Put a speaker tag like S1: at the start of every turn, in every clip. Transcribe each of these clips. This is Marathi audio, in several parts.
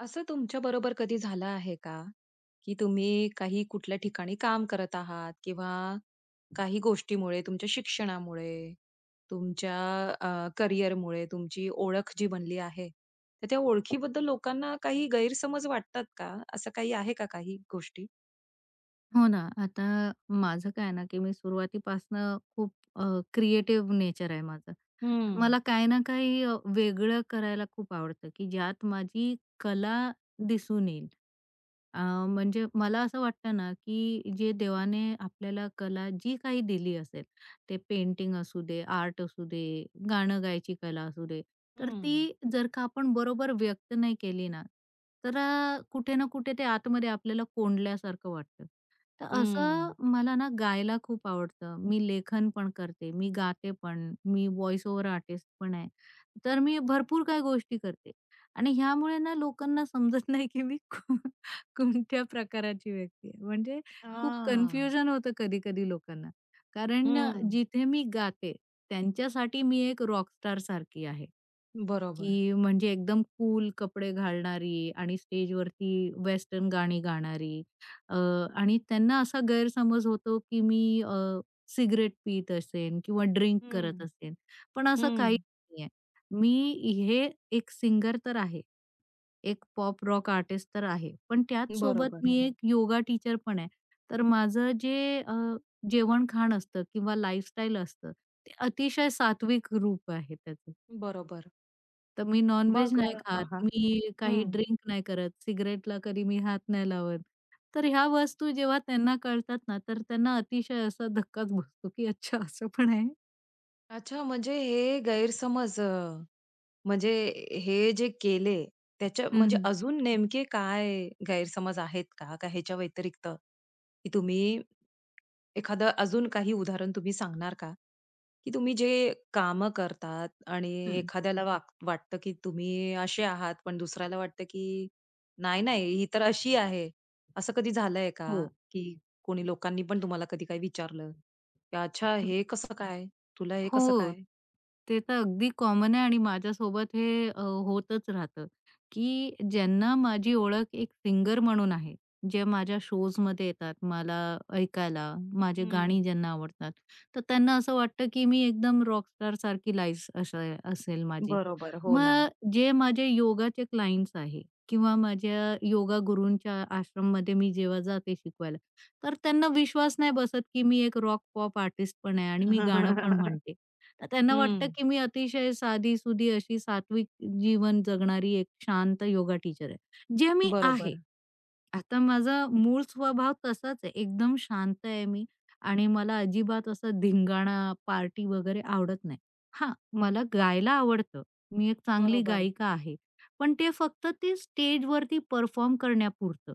S1: असं तुमच्याबरोबर कधी झालं आहे का, की तुम्ही काही कुठल्या ठिकाणी काम करत आहात किंवा काही गोष्टीमुळे, तुमच्या शिक्षणामुळे, तुमच्या करिअरमुळे तुमची ओळख जी बनली आहे, तर त्या ओळखीबद्दल लोकांना काही गैरसमज वाटतात का? असं काही आहे का काही गोष्टी?
S2: हो ना. आता माझं काय आहे ना, की मी सुरुवातीपासनं खूप क्रिएटिव्ह नेचर आहे माझं.
S1: हं,
S2: मला काही ना काही वेगळं करायला खूप आवडतं, की ज्यात माझी कला दिसून येईल. अ, म्हणजे मला असं वाटतं ना, की जे देवाने आपल्याला कला जी काही दिली असेल, ते पेंटिंग असू दे, आर्ट असू दे, गाणं गायची कला असू दे, तर
S1: हं,
S2: ती जर का आपण बरोबर व्यक्त नाही केली ना, तर कुठे ना कुठे ते आतमध्ये आपल्याला कोंडल्यासारखं वाटतं. तर
S1: हं.
S2: असं मला ना गायला खूप आवडतं. मी लेखन पण करते, मी गाते पण, मी व्हॉईस ओव्हर आर्टिस्ट पण आहे. तर मी भरपूर काही गोष्टी करते आणि ह्यामुळे ना लोकांना समजत नाही, की मी कोणत्या प्रकाराची व्यक्ती आहे? म्हणजे खूप
S1: हां.
S2: कन्फ्युजन होतं कधी-कधी लोकांना. कारण
S1: हं.
S2: जिथे मी गाते त्यांच्यासाठी मी एक रॉकस्टार सारखी आहे,
S1: बरोबर.
S2: की म्हणजे एकदम कूल कपडे घालणारी आणि स्टेजवरती वेस्टर्न गाणी गाणारी अ, आणि त्यांना असा गैरसमज होतो, की मी सिगारेट पीत असेन किंवा ड्रिंक करत
S1: हं,
S2: असेन. पण असं काही
S1: हं.
S2: नाहीये. मी हे एक सिंगर तर आहे. एक पॉप रॉक आर्टिस्ट तर आहे. पण त्याच सोबत
S1: बरोबर,
S2: मी हं. एक योगा टीचर पण आहे. तर माझं जे अ, जेवण-खाण असतं किंवा लाईफस्टाईल असतं, ते अतिशय सात्विक रूप आहे त्याचं.
S1: बरोबर.
S2: तर मी नॉन-व्हेज
S1: मग
S2: नाही
S1: हां,
S2: खात,
S1: हां.
S2: मी काही ड्रिंक नाही करत, सिगारेटला कधी मी हात नाही लावत. तर ह्या वस्तू जेव्हा त्यांना कळतात ना, तर त्यांना अतिशय असा धक्काच बसतो, की अच्छा असं पण आहे.
S1: अच्छा, म्हणजे हे गैरसमज म्हणजे हे जे केले त्याच्या
S2: हं,
S1: म्हणजे
S2: हं.
S1: अजून नेमके काय गैरसमज आहेत का? का ह्याच्या व्यतिरिक्त, की तुम्ही एखादं अजून काही उदाहरण तुम्ही सांगणार का? की तुम्ही जे कामं करतात आणि
S2: हं.
S1: एखाद्याला वाक वाटतं की तुम्ही असे आहात, पण दुसऱ्याला वाटतं की नाही, ही तर अशी आहे. असं कधी झालंय का?
S2: हो.
S1: की कोणी लोकांनी पण तुम्हाला कधी काही विचारलं? की "अच्छा हे कसं काय? तुला हे कसं
S2: हो.
S1: काय?"
S2: ते तर अगदी कॉमन आहे आणि माझ्यासोबत हे होतच राहतं, की ज्यांना माझी ओळख एक सिंगर म्हणून आहे, जे माझ्या शोजमध्ये येतात मला ऐकायला, माझी गाणी
S1: हं.
S2: ज्यांना आवडतात, तर त्यांना असं वाटतं, की मी एकदम रॉकस्टारसारखी लाईफ असेल माझी.
S1: बरोबर. हो ना.
S2: मग जे माझे योगाचे क्लायंट्स आहे किंवा माझ्या योगा गुरूंच्या आश्रममध्ये मी जेव्हा जाते शिकवायला, तर त्यांना विश्वास नाही बसत, की मी एक रॉक पॉप आर्टिस्ट पण आहे आणि मी गाणं पण म्हणते. तर त्यांना वाटतं
S1: हं,
S2: की मी अतिशय साधी-सुधी अशी सात्विक जीवन जगणारी एक शांत योगा टीचर आहे, जे मी आहे.
S1: बरोबर,
S2: आता माझा मूळ स्वभाव तसाच आहे. एकदम शांत आहे मी आणि मला अजिबात असा धिंगाणा, पार्टी वगैरे आवडत नाही. हां, मला गायला आवडतं. मी एक चांगली
S1: बरोबर.
S2: गायिका आहे. पण ते फक्त ते स्टेजवरती परफॉर्म करण्यापुरतं.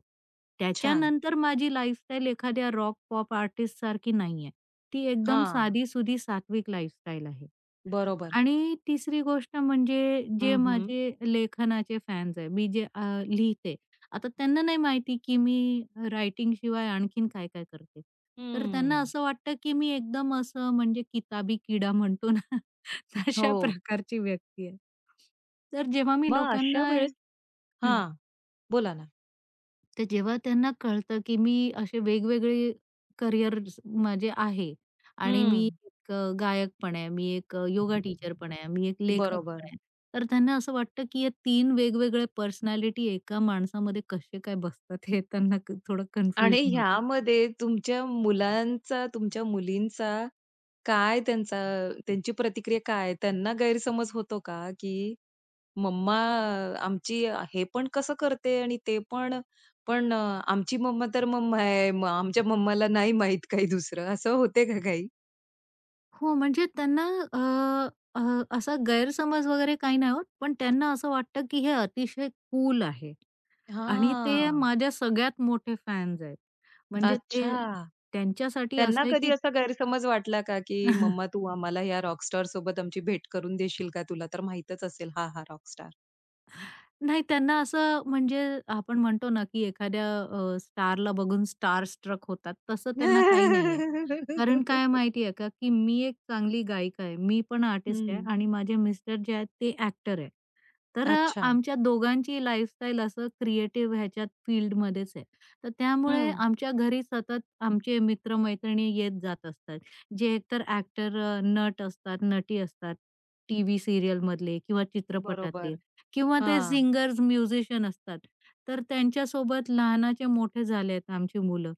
S1: छान.
S2: त्याच्यानंतर माझी लाईफस्टाईल एखाद्या रॉक, पॉप आर्टिस्टसारखी नाहीये. ती एकदम
S1: हां,
S2: साधी-सुधी सात्विक लाईफस्टाईल आहे.
S1: बरोबर.
S2: आणि तिसरी गोष्ट म्हणजे जे
S1: हं, हं.
S2: माझे लेखनाचे फॅन्स आहे, मी जे लिहिते. आता त्यांना नाही माहिती की मी रायटिंग शिवाय आणखीन काय-काय करते. तर त्यांना असं वाटतं की मी एकदम असं म्हणजे किताबी किडा म्हणतो ना, तशा
S1: हो.
S2: प्रकारची व्यक्ती आहे. तर जेव्हा मी
S1: मग अशा
S2: लोकांना
S1: वेळेस
S2: हं.
S1: हां, बोला ना.
S2: तर जेव्हा त्यांना कळतं, की मी असे वेगवेगळे करिअर्स माझे आहे आणि मी
S1: हं.
S2: एक गायक पण आहे, मी एक योगा टीचर पण आहे, मी एक लेखक पण
S1: बरोबर.
S2: आहे. तर त्यांना असं वाटतं, की या तीन वेगवेगळ्या पर्सनॅलिटी एका माणसामध्ये कसे काय बसतात हे त्यांना थोडं
S1: आणि
S2: कन्फ्युजन होतं.
S1: ह्यामध्ये तुमच्या मुलांचा, तुमच्या मुलींचा काय त्यांचा त्यांची प्रतिक्रिया काय? त्यांना गैरसमज होतो का की मम्मा आमची हे पण कसं करते आणि ते पण. पण आमची मम्मा तर मम्मा आहे. मग आमच्या मम्माला नाही माहीत काही दुसरं असं होते का काही?
S2: हो, म्हणजे त्यांना अ, अ, असा गैरसमज वगैरे काही नाही होत, पण त्यांना असं वाटतं, की हे अतिशय कूल आहे आणि ते
S1: हां.
S2: माझ्या सगळ्यात मोठे फॅन्स आहेत. म्हणजे ते
S1: अच्छा.
S2: त्यांच्यासाठी
S1: त्यांना
S2: असं आहे,
S1: कधी
S2: की
S1: असा गैरसमज वाटला का, की "मम्मा तू आम्हाला या रॉकस्टार सोबत आमची भेट करून देशील का? तुला तर माहीतच असेल हा, हा रॉकस्टार."
S2: नाही त्यांना असं म्हणजे आपण म्हणतो ना, की एखाद्या स्टारला बघून स्टार स्ट्रक होतात, तसं त्यांना काही नाहीये. कारण काय माहिती आहे का, की मी एक चांगली गायिका आहे. मी पण आर्टिस्ट आहे
S1: हं.
S2: आणि माझे मिस्टर जे आहेत ते ॲक्टर आहे. तर
S1: अच्छा.
S2: आमच्या दोघांची लाईफस्टाईल असं क्रिएटिव्ह ह्याच्यात फील्डमध्येच आहे. तर त्यामुळे
S1: हं.
S2: आमच्या घरी सतत आमचे मित्र येत जात असतात. जे एकतर ॲक्टर नट असतात, नटी असतात, टीव्ही सीरियलमधले किंवा चित्रपटातले.
S1: बरोबर.
S2: किंवा ते
S1: हां.
S2: सिंगर्स, म्युझिशियन असतात. तर त्यांच्यासोबत लहानाचे मोठे झालेत आमची मुलं.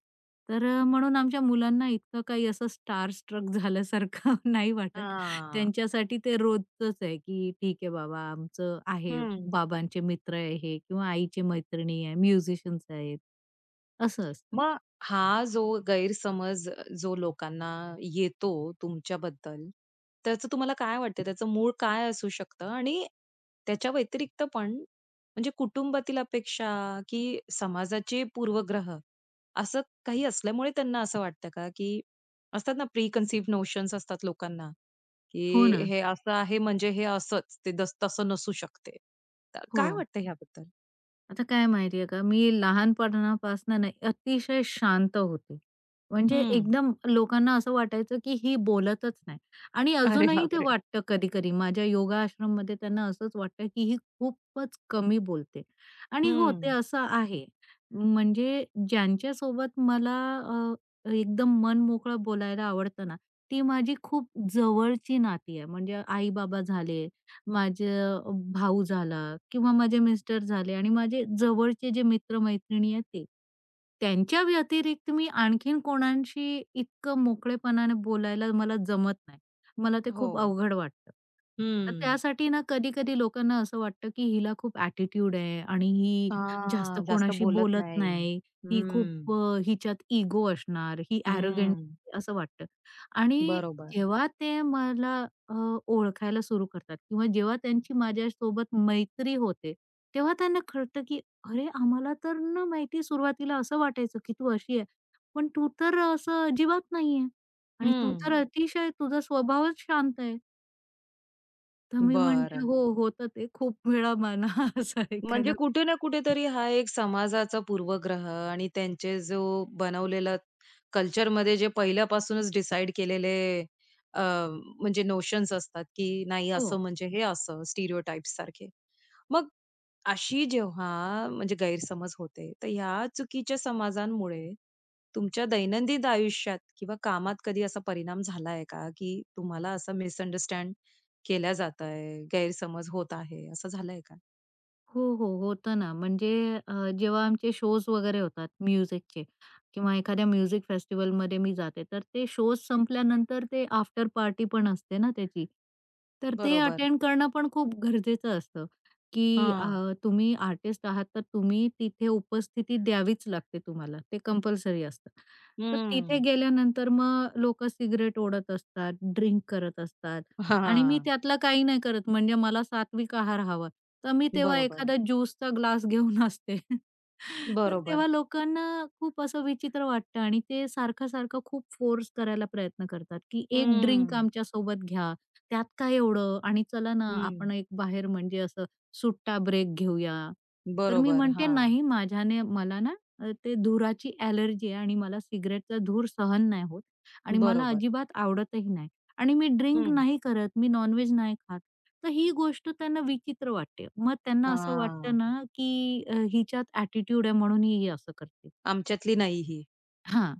S2: तर म्हणून आमच्या मुलांना इतकं काही असं स्टार स्ट्रक झाल्यासारखं नाही वाटत.
S1: हां.
S2: त्यांच्यासाठी ते रोजचंच आहे, की ठीक आहे बाबा आमचं आहे,
S1: हं.
S2: बाबांचे मित्र आहे हे किंवा आईची मैत्रिणी आहे, म्युझिशियन्स आहेत, असं असतं.
S1: मग हा जो गैरसमज जो लोकांना येतो तुमच्याबद्दल, त्याचं तुम्हाला काय वाटतं? त्याचं मूळ काय असू शकतं? आणि त्याच्या व्यतिरिक्त पण म्हणजे कुटुंबातील अपेक्षा की समाजाचे पूर्वग्रह असं काही असल्यामुळे त्यांना असं वाटतं का? की असतात ना प्री कन्सीव्ह नोशन्स असतात लोकांना, की
S2: हो ना.
S1: हे असं आहे म्हणजे हे असंच, ते दस तसं नसू शकते. तर
S2: हो.
S1: काय वाटतं ह्याबद्दल?
S2: आता काय माहितीये का, मी लहानपणापासनं ना अतिशय शांत होते. म्हणजे
S1: हं.
S2: एकदम लोकांना असं वाटायचं, की ही बोलतच नाही आणि
S1: अरे
S2: अजूनही ते
S1: बापरे!
S2: वाटतं कधी-कधी माझ्या योगा आश्रममध्ये त्यांना असंच वाटतं, की ही खूपच कमी बोलते आणि हो, ते
S1: हं.
S2: असं आहे. म्हणजे ज्यांच्यासोबत मला एकदम मनमोकळं बोलायला आवडतं ना, ती माझी खूप जवळची नाती आहे. म्हणजे आई-बाबा झाले माझे भाऊ झाला किंवा माझे मिस्टर झाले आणि माझे जवळचे जे मित्र-मैत्रिणी आहेत ते. त्यांच्या व्यतिरिक्त मी आणखीन कोणाशी इतकं मोकळेपणाने बोलायला मला जमत नाही. मला ते
S1: हो.
S2: खूप अवघड वाटतं. तर
S1: हम्म.
S2: त्यासाठी ना कधी-कधी लोकांना असं वाटतं, की हिला खूप ॲटिट्यूड आहे आणि ही जास्त
S1: हां, जास्त
S2: कोणाशी
S1: बोलत
S2: बोलत
S1: नाही.
S2: नाही. ही खूप
S1: हम्म,
S2: हिच्यात इगो असणार, ही ॲरोगंट
S1: हम्म.
S2: असं वाटतं आणि
S1: बरोबर.
S2: जेव्हा ते मला अ, ओळखायला सुरू करतात किंवा जेव्हा त्यांची माझ्यासोबत मैत्री होते, तेव्हा त्यांना कळतं, की "अरे, आम्हाला तर ना माहिती सुरुवातीला असं वाटायचं, की तू अशी आहे. पण तू तर असं अजिबात नाही आणि तू
S1: हम्म.
S2: तर अतिशय तुझा स्वभावच शांत आहे." तर मी म्हणते,
S1: बरं.
S2: "हो, होतं ते खूप वेळा मला असं
S1: म्हणजे
S2: ऐकायला" भेटतं.
S1: कुठे ना कुठेतरी हा एक समाजाचा पूर्वग्रह आणि त्यांचे जो बनवलेला कल्चरमध्ये जे पहिल्यापासूनच डिसाईड केलेले अ, म्हणजे नोशन्स असतात, की नाही असं
S2: हो.
S1: म्हणजे हे असं स्टिरियोटाइप्स सारखे. मग अशी जेव्हा म्हणजे गैरसमज होते, तर ह्या चुकीच्या समाजांमुळे तुमच्या दैनंदिन आयुष्यात किंवा कामात कधी असा परिणाम झाला का, की तुम्हाला असं मिसअंडरस्टँड केल्या जात आहे, गैरसमज होत आहे, असं झालंय का?
S2: हो, हो. होतं ना. म्हणजे जेव्हा आमचे शोज वगैरे होतात म्युझिकचे किंवा एखाद्या म्युझिक फेस्टिव्हलमध्ये मी जाते, तर ते शोज संपल्यानंतर ते आफ्टर पार्टी पण असते ना त्याची. तर ते
S1: बरोबर.
S2: अटेंड करणं पण खूप गरजेचं असतं, की
S1: हां.
S2: तुम्ही आर्टिस्ट आहात, तर तुम्ही तिथे उपस्थिती द्यावीच लागते तुम्हाला. ते कंपल्सरी असतं. तर तिथे
S1: हं.
S2: गेल्यानंतर मग लोकं सिगारेट ओढत असतात, ड्रिंक करत असतात आणि मी
S1: हां.
S2: त्यातलं काही नाही करत. म्हणजे मला सात्विक आहार हवा. तर मी तेव्हा
S1: बरोबर.
S2: एखादा ज्यूसचा ग्लास घेऊन असते. तर
S1: बरोबर.
S2: तेव्हा लोकांना खूप असं विचित्र वाटतं आणि ते सारखं-सारखं खूप फोर्स करायला प्रयत्न करतात, की एक ड्रिंक
S1: हं.
S2: आमच्यासोबत घ्या, त्यात काय एवढं आणि चला ना
S1: हं.
S2: आपण एक बाहेर म्हणजे असं सुट्टा ब्रेक घेऊया. तर मी
S1: बरोबर.
S2: म्हणते
S1: हां.
S2: नाही माझ्याने मला ना ते धुराची ॲलर्जी आहे आणि मला सिगारेटचा धूर सहन नाही होत आणि मला
S1: बरोबर.
S2: अजिबात आवडतही नाही आणि मी ड्रिंक
S1: हं.
S2: नाही करत, मी नॉन नाही खात. तर ही गोष्ट त्यांना विचित्र वाटते. मग त्यांना असं वाटतं
S1: हां.
S2: ना, की हिच्यात ॲटिट्यूड आहे म्हणून ही असं करते.
S1: आमच्यातली नाही ही.
S2: हां.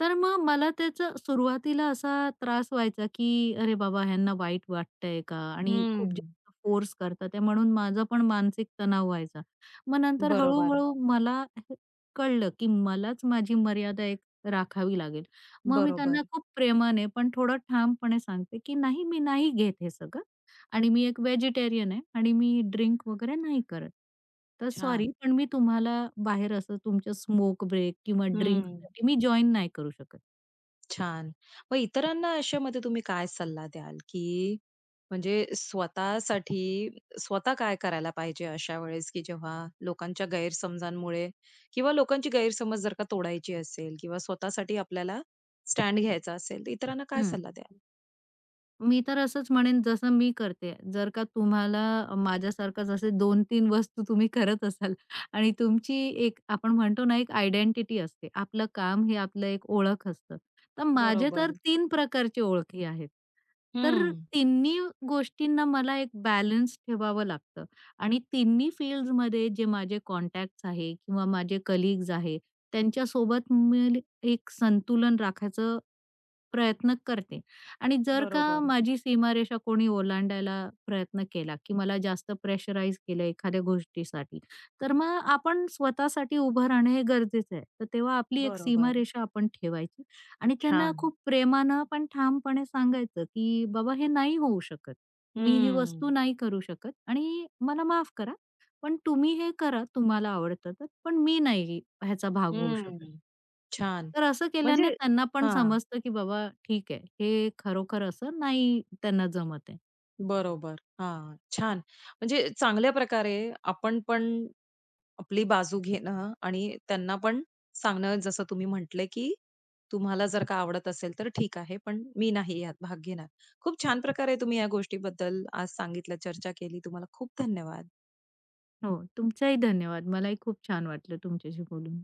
S2: तर मग मला त्याचा सुरुवातीला असा त्रास व्हायचा, की अरे बाबा ह्यांना वाईट वाटतंय का? आणि
S1: हं.
S2: खूप जास्त फोर्स करतात ते, म्हणून माझा पण मानसिक तणाव व्हायचा. मग नंतर
S1: बरोबर.
S2: हळू-हळू मला हे कळलं, की मलाच माझी मर्यादा एक राखावी लागेल. मग मी
S1: बरोबर.
S2: त्यांना खूप प्रेमाने पण थोडं ठामपणे सांगते, की नाही मी नाही घेत हे सगळं. आणि मी एक व्हेजिटेरियन आहे आणि मी ड्रिंक वगैरे नाही करत. तर सॉरी,
S1: छान.
S2: पण मी तुम्हाला बाहेर असं तुमच्या स्मोक ब्रेक किंवा
S1: हं.
S2: ड्रिंकसाठी मी जॉइन नाही करू शकत.
S1: छान. मग इतरांना अशामध्ये तुम्ही काय सल्ला द्याल, की म्हणजे स्वतःसाठी स्वतः काय करायला पाहिजे अशा वेळेस, की जेव्हा लोकांच्या गैरसमजांमुळे किंवा लोकांची गैरसमज जर का तोडायची असेल किंवा स्वतःसाठी आपल्याला स्टँड घ्यायचा असेल, तर इतरांना काय सल्ला द्याल?
S2: मी तर असंच म्हणेन जसं मी करते. जर का तुम्हाला माझ्यासारखंच असे 2-3 वस्तू तुम्ही करत असाल आणि तुमची एक आपण म्हणतो ना, एक आयडेंटिटी असते. आपलं काम हे आपलं एक ओळख असतं. तर माझे तर
S1: बरोबर.
S2: 3 प्रकारची ओळखी आहेत. तर
S1: हं.
S2: तिन्ही गोष्टींना मला एक बॅलन्स ठेवावं लागतं आणि तिन्ही फील्ड्समध्ये जे माझे कॉन्टॅक्ट्स आहे किंवा माझे कलीग्स आहे, त्यांच्यासोबत मी एक संतुलन राखायचं प्रयत्न करते आणि जर का
S1: बरोबर,
S2: माझी सीमारेषा कोणी ओलांडायला प्रयत्न केला, की मला जास्त प्रेशराईज केलं एखाद्या गोष्टीसाठी, तर मग आपण स्वतःसाठी उभं राहणं हे गरजेचं आहे. तर तेव्हा आपली एक
S1: बरोबर.
S2: सीमारेषा आपण ठेवायची आणि त्यांना
S1: छान.
S2: खूप प्रेमानं पण ठामपणे सांगायचं, की "बाबा हे नाही होऊ शकत. मी ही
S1: हं,
S2: वस्तू नाही करू शकत आणि मला माफ करा." पण तुम्ही हे करा, तुम्हाला आवडतं तर, पण मी नाही ह्याचा भाग होऊ शकत.
S1: हं. छान.
S2: तर असं
S1: म्हणजे
S2: केल्याने त्यांना पण
S1: हां.
S2: समजतं, की बाबा ठीक आहे, हे खरोखर असं नाही त्यांना जमत आहे.
S1: बरोबर. हां, छान. म्हणजे चांगल्या प्रकारे आपण पण आपली बाजू घेणं आणि त्यांना पण सांगणं जसं तुम्ही म्हटले, की तुम्हाला जर का आवडत असेल तर ठीक आहे, पण मी नाही यात भाग घेणार. खूप छान प्रकारे तुम्ही या गोष्टीबद्दल आज सांगितलं, चर्चा केली. तुम्हाला खूप धन्यवाद.
S2: हो, तुमचाही धन्यवाद. मलाही खूप छान वाटलं तुमच्याशी बोलून.